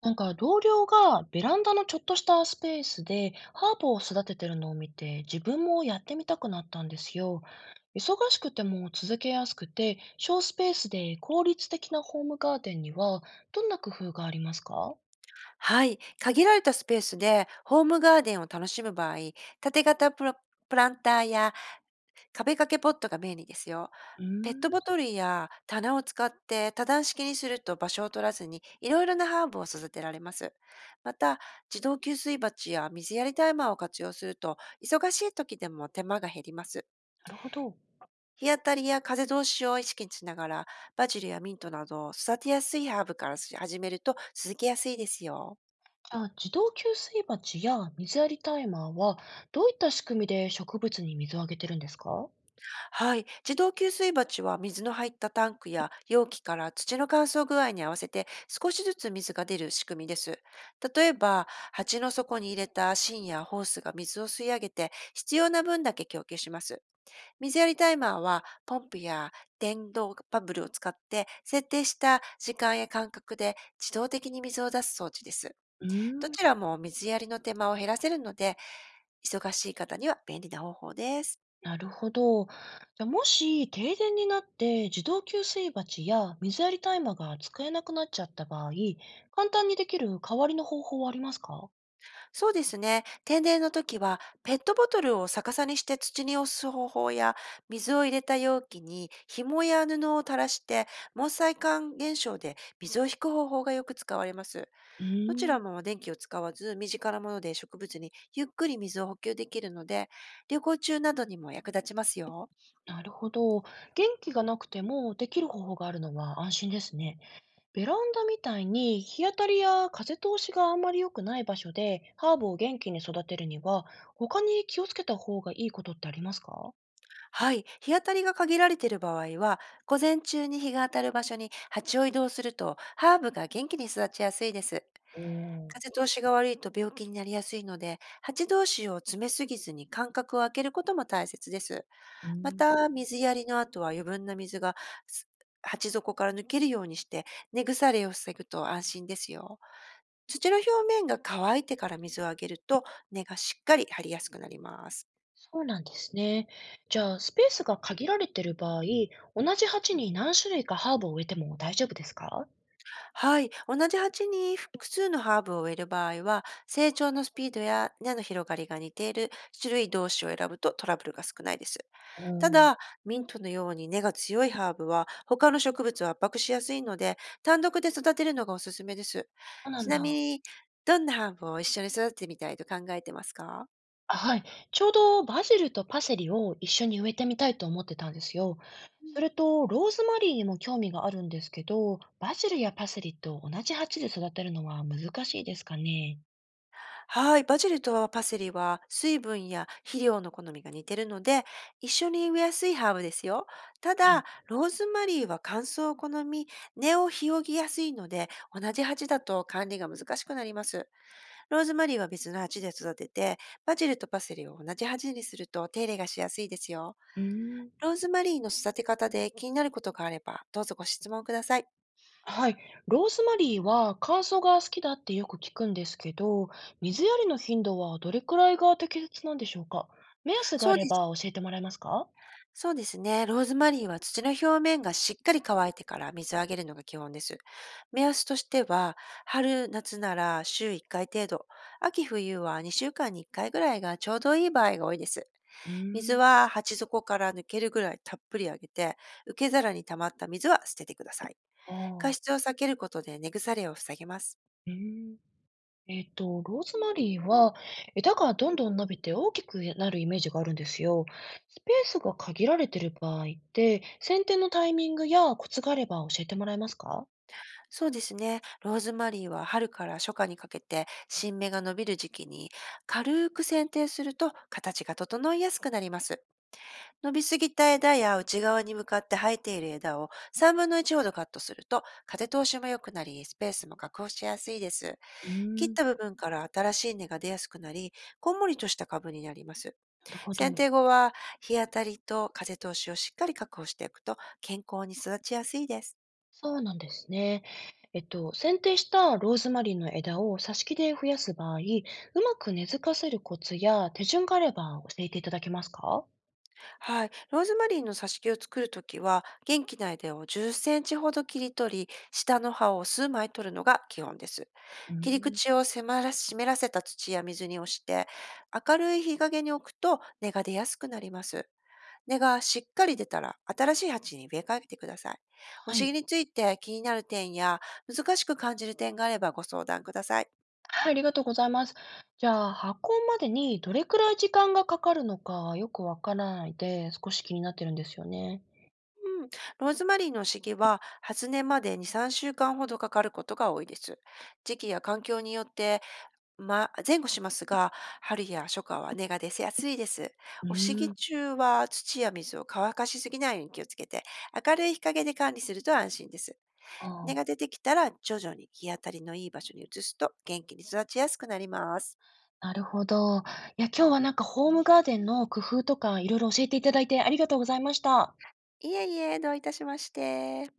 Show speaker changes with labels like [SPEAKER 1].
[SPEAKER 1] なんか同僚がベランダのちょっとしたスペースでハーブを育ててるのを見て自分もやってみたくなったんですよ。忙しくても続けやすくて小スペースで効率的なホームガーデンにはどんな工夫がありますか？
[SPEAKER 2] はい。限られたスペースでホームガーデンを楽しむ場合、縦型プランターや壁掛けポットが便利ですよ。
[SPEAKER 1] うー
[SPEAKER 2] ペッ
[SPEAKER 1] ん、な
[SPEAKER 2] トボトルや棚を使って多段式にすると場所を取らずにいろいろなハーブを育てられます。また、自動給水鉢や水やりタイマーを活用すると、忙しい時でも手間が減ります。
[SPEAKER 1] るほど。
[SPEAKER 2] 日当たりや風通しを意識しながら、バジルやミントなど育てやすいハーブから始めると続けやすいですよ。
[SPEAKER 1] あ、自動給水鉢や水やりタイマーはどういった仕組みで植物に水をあげてるんですか？
[SPEAKER 2] はい。自動給水鉢は水の入ったタンクや容器から土の乾燥具合に合わせて少しずつ水が出る仕組みです。例えば、鉢の底に入れた芯やホースが水を吸い上げて必要な分だけ供給します。水やりタイマーはポンプや電動バブルを使って設定した時間や間隔で自動的に水を出す装置です。
[SPEAKER 1] うー
[SPEAKER 2] ど
[SPEAKER 1] ん
[SPEAKER 2] ちらも水やりの手間を減らせるので、忙しい方には便利な方法です。
[SPEAKER 1] なるほど。じゃあ、もし停電になって自動給水鉢や水やりタイマーが使えなくなっちゃった場合、簡単にできる代わりの方法はありますか？
[SPEAKER 2] そうですね。停電の時は、ペットボトルを逆さにして土に押す方法や、水を入れた容器に紐や布を垂らして、毛細管現象で水を引く方法がよく使われます。
[SPEAKER 1] う
[SPEAKER 2] どちら
[SPEAKER 1] ーん
[SPEAKER 2] も電気を使わず、身近なもので植物にゆっくり水を補給できるので、旅行中などにも役立ちますよ。
[SPEAKER 1] なるほど。元気がなくてもできる方法があるのは安心ですね。ベランダみたいに日当たりや風通しがあんまり良くない場所でハーブを元気に育てるには、他に気をつけた方がいいことってありますか？
[SPEAKER 2] はい。日当たりが限られている場合は、午前中に日が当たる場所に鉢を移動すると、ハーブが元気に育ちやすいです。
[SPEAKER 1] おー。
[SPEAKER 2] 風通しが悪いと病気になりやすいので、蜂同士を詰めすぎずに間隔を空けることも大切です。
[SPEAKER 1] う
[SPEAKER 2] ま
[SPEAKER 1] ん。
[SPEAKER 2] た、水やりの後は余分な水がす鉢底から抜けるようにして、根腐れを防ぐと安心ですよ。土の表面が乾いてから水をあげると、根がしっかり張りやすくなります。
[SPEAKER 1] そうなんですね。じゃあ、スペースが限られている場合、同じ鉢に何種類かハーブを植えても大丈夫ですか？
[SPEAKER 2] はい。同じ鉢に複数のハーブを植える場合は、成長のスピードや根の広がりが似ている種類同士を選ぶとトラブルが少ないです。
[SPEAKER 1] お
[SPEAKER 2] た
[SPEAKER 1] ー。
[SPEAKER 2] だ、ミントのように根が強いハーブは他の植物を圧迫しやすいので、単独で育てるのがおすすめです。
[SPEAKER 1] そうな
[SPEAKER 2] ち
[SPEAKER 1] ん
[SPEAKER 2] なみ
[SPEAKER 1] だ。
[SPEAKER 2] に、どんなハーブを一緒に育ててみたいと考えてますか？
[SPEAKER 1] あ、はい。ちょうどバジルとパセリを一緒に植えてみたいと思ってたんですよ。
[SPEAKER 2] う
[SPEAKER 1] そ
[SPEAKER 2] ん。
[SPEAKER 1] れと、ローズマリーにも興味があるんですけど、バジルやパセリと同じ鉢で育てるのは難しいですかね。
[SPEAKER 2] はい、バジルとパセリは水分や肥料の好みが似てるので、一緒に植えやすいハーブですよ。た
[SPEAKER 1] はい。
[SPEAKER 2] だ、ローズマリーは乾燥を好み、根を広げやすいので、同じ鉢だと管理が難しくなります。ローズマリーは別の鉢で育てて、バジルとパセリを同じ鉢にすると手入れがしやすいですよ。
[SPEAKER 1] うーん。
[SPEAKER 2] ローズマリーの育て方で気になることがあれば、どうぞご質問ください。
[SPEAKER 1] はい。ローズマリーは乾燥が好きだってよく聞くんですけど、水やりの頻度はどれくらいが適切なんでしょうか？目安があ
[SPEAKER 2] そう
[SPEAKER 1] れ
[SPEAKER 2] です。
[SPEAKER 1] ば教えてもらえますか？
[SPEAKER 2] そうですね。ローズマリーは土の表面がしっかり乾いてから水をあげるのが基本です。目安としては、春、夏なら週1回程度、秋、冬は2週間に1回ぐらいがちょうどいい場合が多いです。
[SPEAKER 1] う
[SPEAKER 2] 水
[SPEAKER 1] ーん。
[SPEAKER 2] は鉢底から抜けるぐらいたっぷりあげて、受け皿に溜まった水は捨ててください。
[SPEAKER 1] あ
[SPEAKER 2] 過
[SPEAKER 1] あ。
[SPEAKER 2] 失を避けることで根腐れを防げます。
[SPEAKER 1] うーん。ローズマリーは枝がどんどん伸びて大きくなるイメージがあるんですよ。スペースが限られている場合って、剪定のタイミングやコツがあれば教えてもらえますか？
[SPEAKER 2] そうですね。ローズマリーは春から初夏にかけて新芽が伸びる時期に軽く剪定すると形が整いやすくなります。伸びすぎた枝や内側に向かって生えている枝を3分の1ほどカットすると風通しも良くなりスペースも確保しやすいです。
[SPEAKER 1] う
[SPEAKER 2] 切っ
[SPEAKER 1] ーん。
[SPEAKER 2] た部分から新しい根が出やすくなり、こんもりとした株になります。
[SPEAKER 1] なるほ
[SPEAKER 2] 剪
[SPEAKER 1] ど。
[SPEAKER 2] 定後は日当たりと風通しをしっかり確保していくと健康に育ちやすいです。
[SPEAKER 1] そうなんですね。剪定したローズマリーの枝を挿し木で増やす場合、うまく根付かせるコツや手順があれば教えていただけますか？
[SPEAKER 2] はい。ローズマリーの挿し木を作るときは、元気な枝を10センチほど切り取り、下の葉を数枚取るのが基本です。
[SPEAKER 1] うー
[SPEAKER 2] 切り
[SPEAKER 1] ん、
[SPEAKER 2] 口を迫ら湿らせた土や水に押して、明るい日陰に置くと根が出やすくなります。根がしっかり出たら、新しい鉢に植え替えてください。お
[SPEAKER 1] は
[SPEAKER 2] 尻
[SPEAKER 1] い。
[SPEAKER 2] について気になる点や、難しく感じる点があればご相談ください。
[SPEAKER 1] はい、ありがとうございます。じゃあ、発酵までにどれくらい時間がかかるのかよくわからないで、少し気になってるんですよね。
[SPEAKER 2] うん、ローズマリーの敷は発根まで2、3週間ほどかかることが多いです。時期や環境によって、ま、前後しますが、春や初夏は根が出やすいです。
[SPEAKER 1] う
[SPEAKER 2] お敷
[SPEAKER 1] ーん、
[SPEAKER 2] 中は土や水を乾かしすぎないように気をつけて、明るい日陰で管理すると安心です。根
[SPEAKER 1] あ
[SPEAKER 2] が
[SPEAKER 1] あ、
[SPEAKER 2] 出てきたら徐々に日当たりのいい場所に移すと元気に育ちやすくなります。
[SPEAKER 1] なるほど。いや、今日はなんかホームガーデンの工夫とかいろいろ教えていただいてありがとうございました。
[SPEAKER 2] いえいえ、どういたしまして。